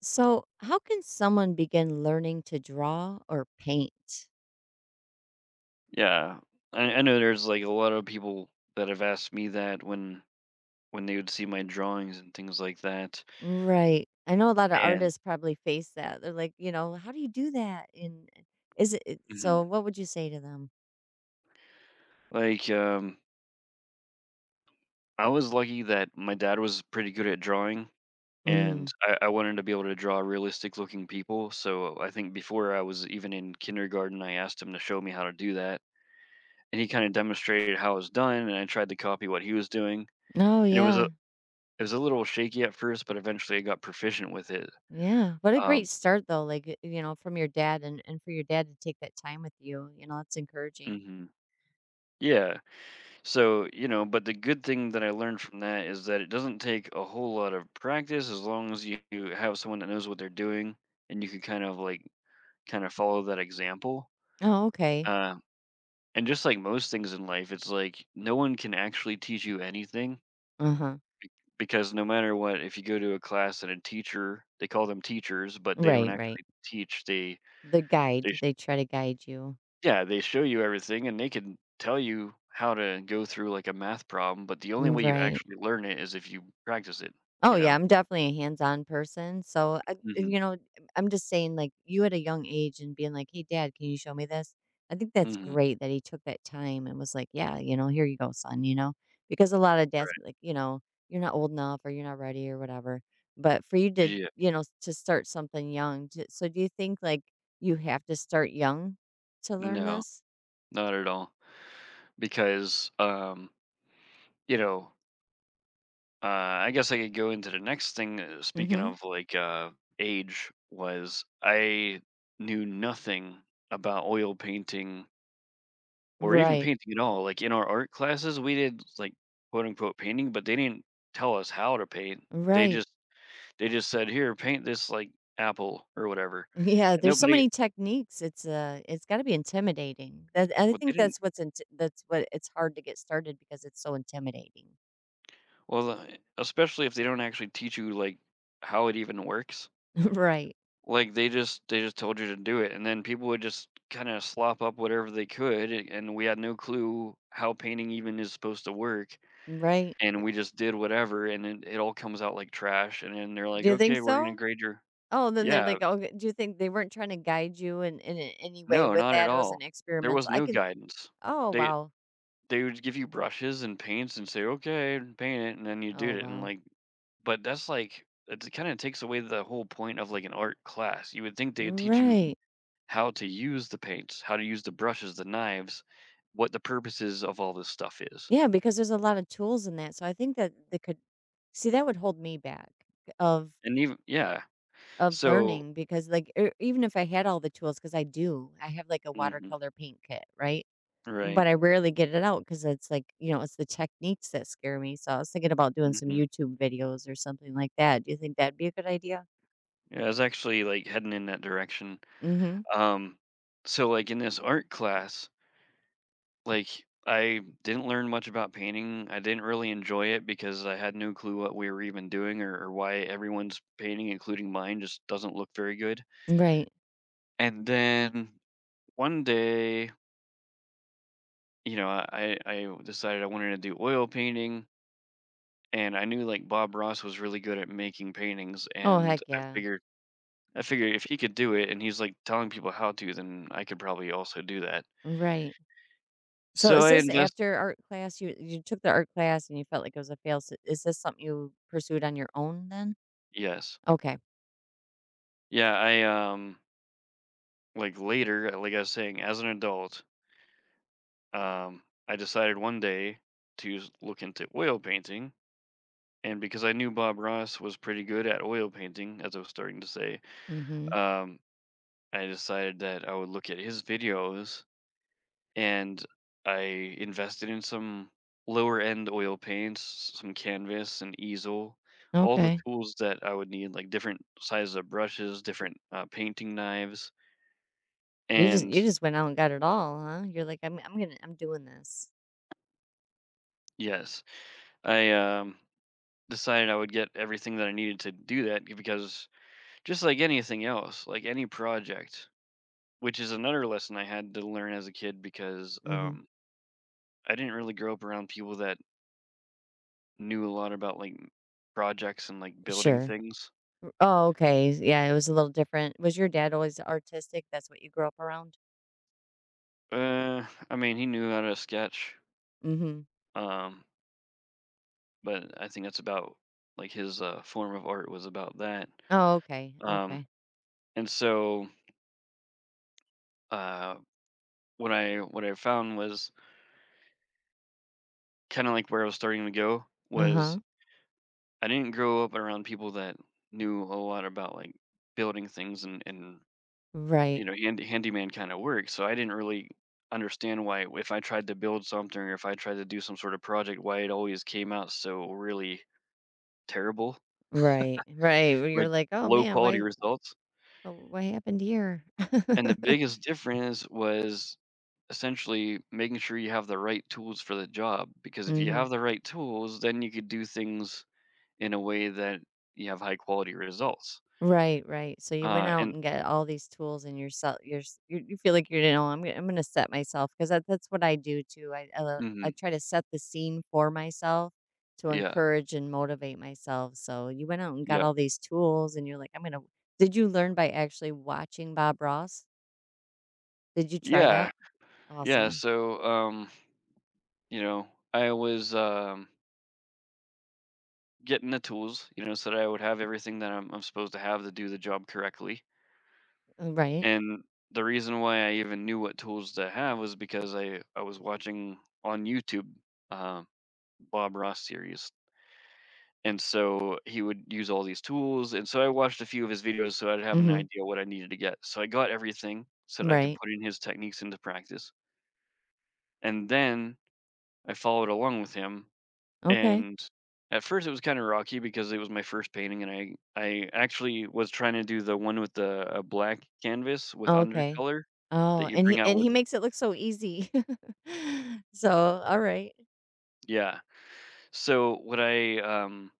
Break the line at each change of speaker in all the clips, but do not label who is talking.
So, how can someone begin learning to draw or paint?
Yeah, I know there's like a lot of people that have asked me that when they would see my drawings and things like that.
Right. I know a lot of
And
artists probably face that. They're like, you know, how do you do that? And is it it- so?
Mhm.
What would you say to them?
like, I was lucky that my dad was pretty good at drawing,
Mm.
and I wanted to be able to draw realistic looking people. So I think before I was even in kindergarten, I asked him to show me how to do that, and he kind of demonstrated how it was done, and I tried to copy what he was doing,
Oh,
and
yeah.
it was a little shaky at first, but eventually I got proficient with it.
Yeah. What a
Um,
great start, though. Like, you know, from your dad and, for your dad to take that time with you, you know, that's encouraging.
mhm. Yeah, so you know, but the good thing that I learned from that is that it doesn't take a whole lot of practice as long as you have someone that knows what they're doing and you can kind of follow that example.
Oh, okay.
Uh, and just like most things in life, it's like no one can actually teach you anything
Uh huh.
because no matter what, if you go to a class and a teacher, they call them teachers, but they don't
Right, right.
actually teach. They
The
they
guide, they try to guide you.
Yeah, they show you everything and they can tell you how to go through like a math problem, but the only
Mm.
way you
Right.
actually learn it is if you practice it,
Oh,
you
yeah,
know?
I'm definitely a hands-on person, so,
Mhm.
I'm just saying, like, you at a young age and being like, "Hey, dad, can you show me this?" I think that's
Mhm.
great that he took that time and was like, "Yeah, you know, here you go, son," you know? Because a lot of dads
Right.
be like, you know, "You're not old enough," or "You're not ready," or whatever, but for you to,
Yeah.
you know, to start something young, to so do you think, like, you have to start young to learn
No,
this?
not at all. Because you know, I guess I could go into the next thing speaking
Mhm.
of like age was I knew nothing about oil painting or even
Right.
painting at all. Like, in our art classes, we did, like, quote, unquote, "painting," but they didn't tell us how to paint. They
Right.
just they just said, "Here, paint this, like, apple," or whatever,
Yeah,
and
there's so
nobody
many techniques. It's got to be intimidating. That I
well, they
think
didn't
that's that's what it's hard to get started because it's so intimidating.
well, especially if they don't actually teach you, like, how it even works.
Right.
Like, they just told you to do it, and then people would just kinda slop up whatever they could, a and we had no clue how painting even is supposed to work,
Right.
and we just did whatever, and then it all comes out like trash, and then they're like,
Do you think
"Okay, we're gonna
so?
grade your."
Oh, then they're
Yeah,
like, "Oh, do you think they weren't trying to guide you in any way
no,
with
not at
that? It was
all.
an
There was
experimental." I
no
could.
guidance.
Oh,
They
wow.
they would give you brushes and paints and say, "Okay, paint it," and then you
Oh,
do it, and
wow.
like, but that's like it kind of takes away the whole point of like an art class. You would think they'd teach you
Right.
how to use the paints, how to use the brushes, the knives, what the purposes of all this stuff is,
Yeah, because there's a lot of tools in that. So I think that they could. See, that would hold me back of.
and even yeah.
Of
So
learning because, like, e even if I had all the tools because I do, I have, like, a
hmm
watercolor paint kit, right?
right,
But I rarely get it out because it's, like, you know, it's the techniques that scare me, so I was thinking about doing some
hmm
YouTube videos or something like that. Do you think that'd be a good idea?
yeah, I was actually like heading in that direction.
Mhm.
Um, so like in this art class. Like, I didn't learn much about painting. I didn't really enjoy it because I had no clue what we were even doing or why everyone's painting, including mine, just doesn't look very good.
Right.
And then one day, you know, I decided I wanted to do oil painting and I knew like Bob Ross was really good at making paintings
Oh,
and
heck yeah.
I figured if he could do it and he's like telling people how to, then I could probably also do that.
Right. So
So
is
I
this
invest
after art class? You took the art class and you felt like it was a fail s is this something you pursued on your own then?
yes.
Okay.
Yeah, I like later, like I was saying, as an adult, um, I decided one day to look into oil painting. And because I knew Bob Ross was pretty good at oil painting, as I was starting to say,
Mhm.
um, I decided that I would look at his videos and I invested in some lower end oil paints, some canvas, and easel, all the
Okay.
tools that I would need, like different sizes of brushes, different painting knives.
You just you
And
just went out and got it all, huh? You're like, I'm gonna I'm doing this."
yes, I decided I would get everything that I needed to do that because just like anything else, like any project, which is another lesson I had to learn as a kid because
Mhm.
I didn't really grow up around people that knew a lot about like projects and like building
Sure.
things.
Oh, okay. Yeah, it was a little different. Was your dad always artistic? That's what you grew up around?
I mean, he knew how to sketch,
Mhm.
um, but I think that's about like his form of art was about that.
Oh, okay.
Um,
Okay.
and so uh, what I found was kind of like where I was starting to go
Uh-huh.
was I didn't grow up around people that knew a lot about like building things and you
Right.
know handyman kind of work, so I didn't really understand why if I tried to build something or if I tried to do some sort of project, why it always came out so really terrible,
Right. Right. Well, you're
like
like, "Oh,
low
man,
quality results.
what happened here?"
And the biggest difference was essentially making sure you have the right tools for the job because if you
Mhm.
have the right tools, then you could do things in a way that you have high quality results.
Right, right. So you went
Uh,
out
and
and got all these tools and you feel like you're you know, I'm gonna. I'm gonna set myself because that, that's what I do too. I
mhm,
try to set the scene for myself to
yeah.
encourage and motivate myself. So you went out and got
Yep.
all these tools and you're like, I'm gonna. Did you learn by actually watching Bob Ross? Did you try
Yeah.
that?
Yeah.
Awesome.
So, you know, I was getting the tools, you know, so that I would have everything that I'm supposed to have to do the job correctly.
Right.
And the reason why I even knew what tools to have was because I was watching on YouTube uh, Bob Ross series. And so he would use all these tools. And so I watched a few of his videos so I'd have an
Mm-hmm.
idea what I needed to get. So I got everything so that I could
Right.
put in his techniques into practice. And then I followed along with him
Okay.
and at first it was kind of rocky because it was my first painting and I actually was trying to do the one with the a black canvas with
Okay.
undercolor
Oh,
that you
and
bring out with
he makes it look so easy. So all right.
yeah so what I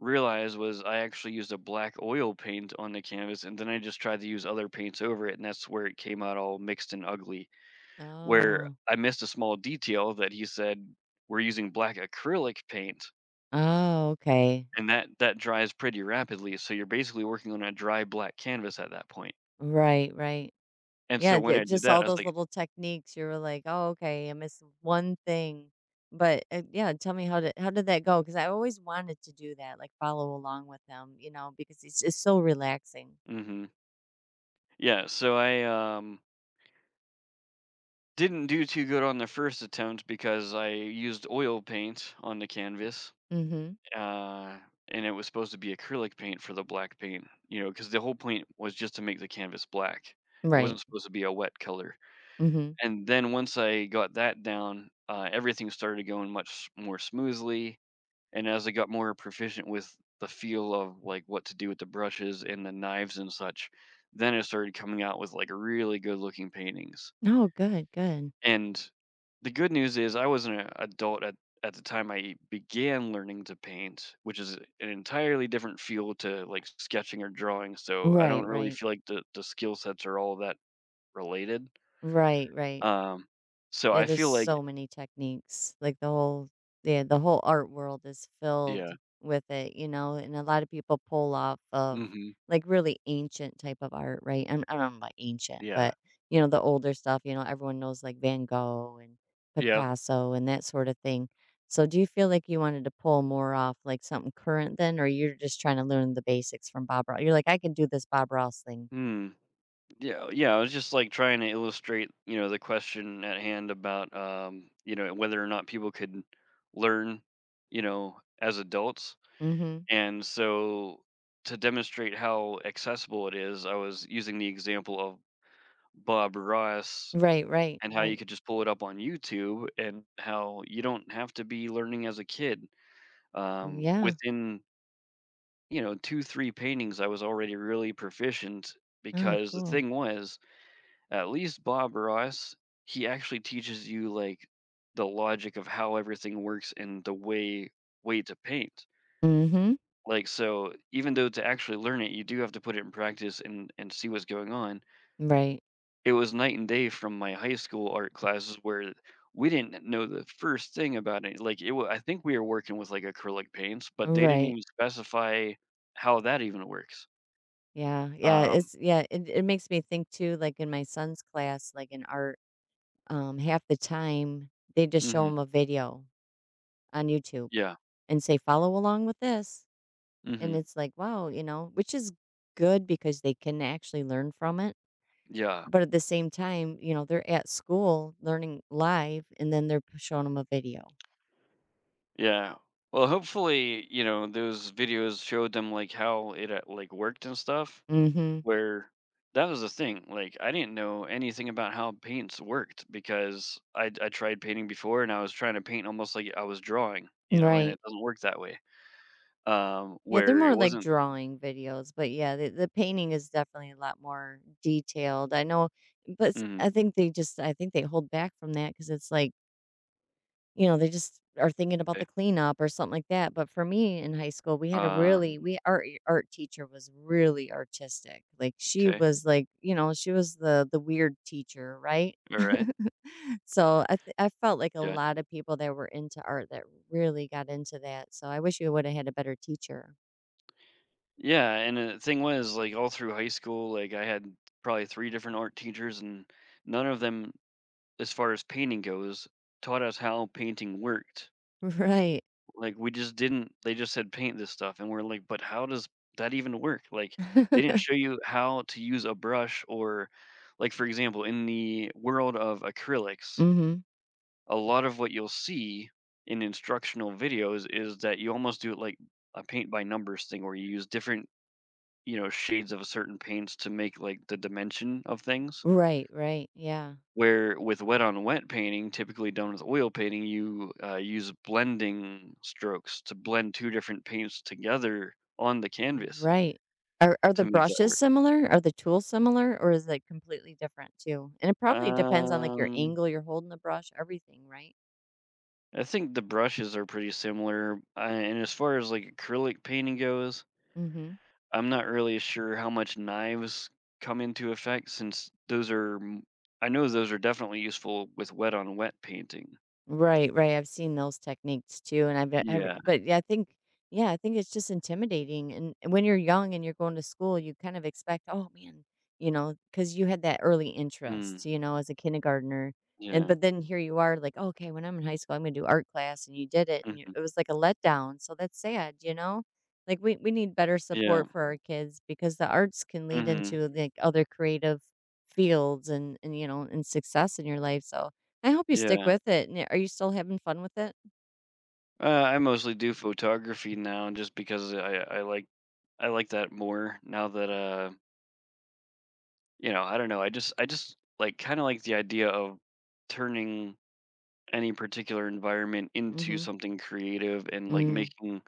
realized was I actually used a black oil paint on the canvas and then I just tried to use other paints over it and that's where it came out all mixed and ugly where
Oh.
I missed a small detail that he said we're using black acrylic paint.
Oh, okay.
And that dries pretty rapidly, so you're basically working on a dry black canvas at that point.
Right, right.
And
Yeah,
so when I did
just
that,
all
I was
those
like
little techniques. You were like, "Oh, okay, I missed one thing." But yeah, tell me how did that go? Because I always wanted to do that, like follow along with them, you know, because it's just so relaxing.
mhm. Yeah, so I, didn't do too good on the first attempt because I used oil paint on the canvas,
Mm-hmm.
uh, and it was supposed to be acrylic paint for the black paint, you know, because the whole point was just to make the canvas black. It
Right.
wasn't supposed to be a wet color.
Mm-hmm.
And then once I got that down, everything started going much more smoothly, and as I got more proficient with the feel of like what to do with the brushes and the knives and such, then I started coming out with like really good looking paintings.
Oh, good, good.
And the good news is I was an adult at the time I began learning to paint, which is an entirely different feel to like sketching or drawing. So I don't
Right,
really
right,
feel like the skill sets are all that related.
right, right.
Um, so
Yeah,
I
there's
feel like,
so many techniques. Like the whole yeah, the whole art world is filled
yeah,
with it, you know, and a lot of people pull off of
hmm
like really ancient type of art, right? And I don't know about ancient,
yeah,
but you know, the older stuff, you know, everyone knows like Van Gogh and
yeah.
Picasso and that sort of thing. So do you feel like you wanted to pull more off like something current then, or you're just trying to learn the basics from Bob Ross? You're like, I can do this Bob Ross thing.
Hmm. Yeah, yeah, I was just like trying to illustrate, you know, the question at hand about you know, whether or not people could learn, you know, as adults.
Mm-hmm.
And so to demonstrate how accessible it is, I was using the example of Bob Ross
Right, right,
and how you
right.
could just pull it up on YouTube and how you don't have to be learning as a kid.
Yeah.
Within, you know, two, three paintings, I was already really proficient
Oh,
because the
cool.
thing was at least Bob Ross, he actually teaches you like the logic of how everything works and the way to paint.
Mm-hmm.
Like so even though to actually learn it, you do have to put it in practice and see what's going on.
Right.
It was night and day from my high school art classes where we didn't know the first thing about it. Like it wa I think we were working with like acrylic paints, but they didn't
Right.
even specify how that even works.
Yeah. Yeah.
Um
It's yeah, it makes me think too, like in my son's class, like in art, half the time they just show
mhm.
him a video on YouTube
Yeah.
and say, follow along with this. And
Mhm.
it's like, wow, you know, which is good because they can actually learn from it.
Yeah.
But at the same time, you know, they're at school learning live and then they're showing them a video.
Yeah. Well, hopefully, you know, those videos showed them like how it like worked and stuff
Mm-hmm.
where that was the thing. Like I didn't know anything about how paints worked because I tried painting before and I was trying to paint almost like I was drawing, you know, and
Right.
it doesn't work that way.
Yeah, they're
Where it
more like
wasn't
drawing videos, but yeah, the painting is definitely a lot more detailed. I know, but
mhm,
I think they just, I think they hold back from that because it's like, you know, they just are thinking about the
okay.
cleanup or something like that. But for me in high school, we had a
Uh
really, we, our art teacher was really artistic. Like she
okay.
was like, you know, she was the weird teacher, right?
All right.
So I felt like a
Yeah.
lot of people that were into art that really got into that. So I wish we would have had a better teacher.
Yeah, and the thing was like all through high school, like I had probably three different art teachers and none of them as far as painting goes, taught us how painting worked.
Right.
Like we just didn't they just said paint this stuff and we're like, "But how does that even work?" Like they didn't show you how to use a brush or like for example, in the world of acrylics,
Mhm.
a lot of what you'll see in instructional videos is that you almost do it like a paint by numbers thing where you use different, you know, shades of certain paints to make like the dimension of things.
Right, right, yeah,
Where with wet on wet painting, typically done with oil painting, you use blending strokes to blend two different paints together on the canvas
right. Are the
to make that
brushes
work.
similar? Are the tools similar, or is it completely different too? And it probably depends on like your
Um,
angle you're holding the brush, everything, right?
I think the brushes are pretty similar. And as far as like acrylic painting goes,
Mhm.
I'm not really sure how much knives come into effect since those are, I know those are definitely useful with wet on wet painting.
Right, right, I've seen those techniques too, and I've b ever
Yeah.
but yeah, I think it's just intimidating, and when you're young and you're going to school, you kind of expect, "Oh, man," you know, because you had that early
Mm,
interest, you know, as a kindergartner, and
yeah.
but then here you are like, "Okay, when I'm in high school, I'm gonna do art class," and you did it, and you
Hmm.
it was like a letdown, so that's sad, you know? Like, we need better
Yeah.
support for our kids because the arts can lead
Hmm.
into, like, other creative fields and, you know, and success in your life, so I hope you stick
Yeah.
with it, and are you still having fun with it?
I mostly do photography now just because I like that more now that you know, I don't know. I just like kind of like the idea of turning any particular environment
Mm.
into
Mhm.
something creative and like
Mm.
making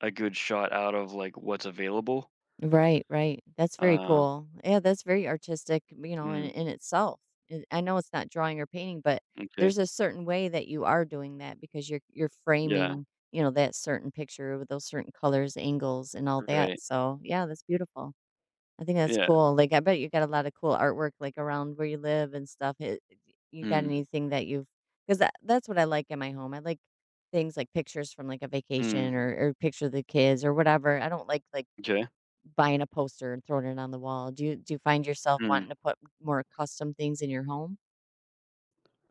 a good shot out of like what's available.
Right, right. That's very
Uh
cool. Yeah, that's very artistic, you know, in
mm,
itself. I know it's not drawing or painting, but
okay.
there's a certain way that you are doing that because you're
Yeah,
framing, you know, that certain picture with those certain colors, angles, and all that,
right.
so, yeah, that's beautiful. I think that's
Yeah.
cool. Like, I bet you got a lot of cool artwork, like, around where you live and stuff. You got
Mm,
anything that you've, because that, that's what I like in my home. I like things like pictures from like a
mm,
vacation or picture of the kids or whatever. I don't like
okay.
buying a poster and throwing it on the wall. Do you find yourself
Mm.
wanting to put more custom things in your home?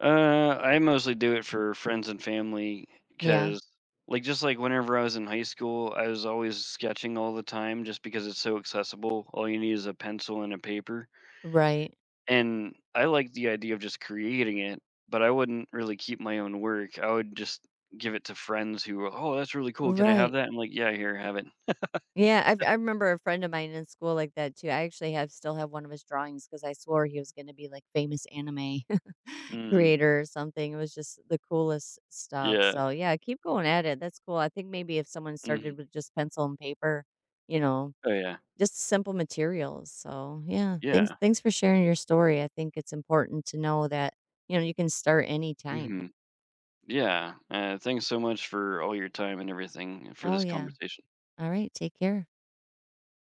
I mostly do it for friends and family
Yeah.
because, like, just like whenever I was in high school, I was always sketching all the time just because it's so accessible. All you need is a pencil and a paper.
Right.
And I like the idea of just creating it, but I wouldn't really keep my own work. I would just give it to friends who, were, oh, that's really cool. Can I have
Right.
that? I'm like, yeah, here, have it.
Yeah, I remember a friend of mine in school like that too. I actually have still have one of his drawings because I swore he was going to be like famous anime
Mm,
creator or something. It was just the coolest stuff.
yeah.
So yeah, keep going at it. That's cool. I think maybe if someone
Hmm.
started with just pencil and paper, you know,
Oh, yeah.
just simple materials. So yeah,
Yeah.
thanks for sharing your story. I think it's important to know that you know you can start
Hmm.
anytime.
Yeah. Thanks so much for all your time and everything for
Oh
this
yeah.
conversation.
All right. Take care.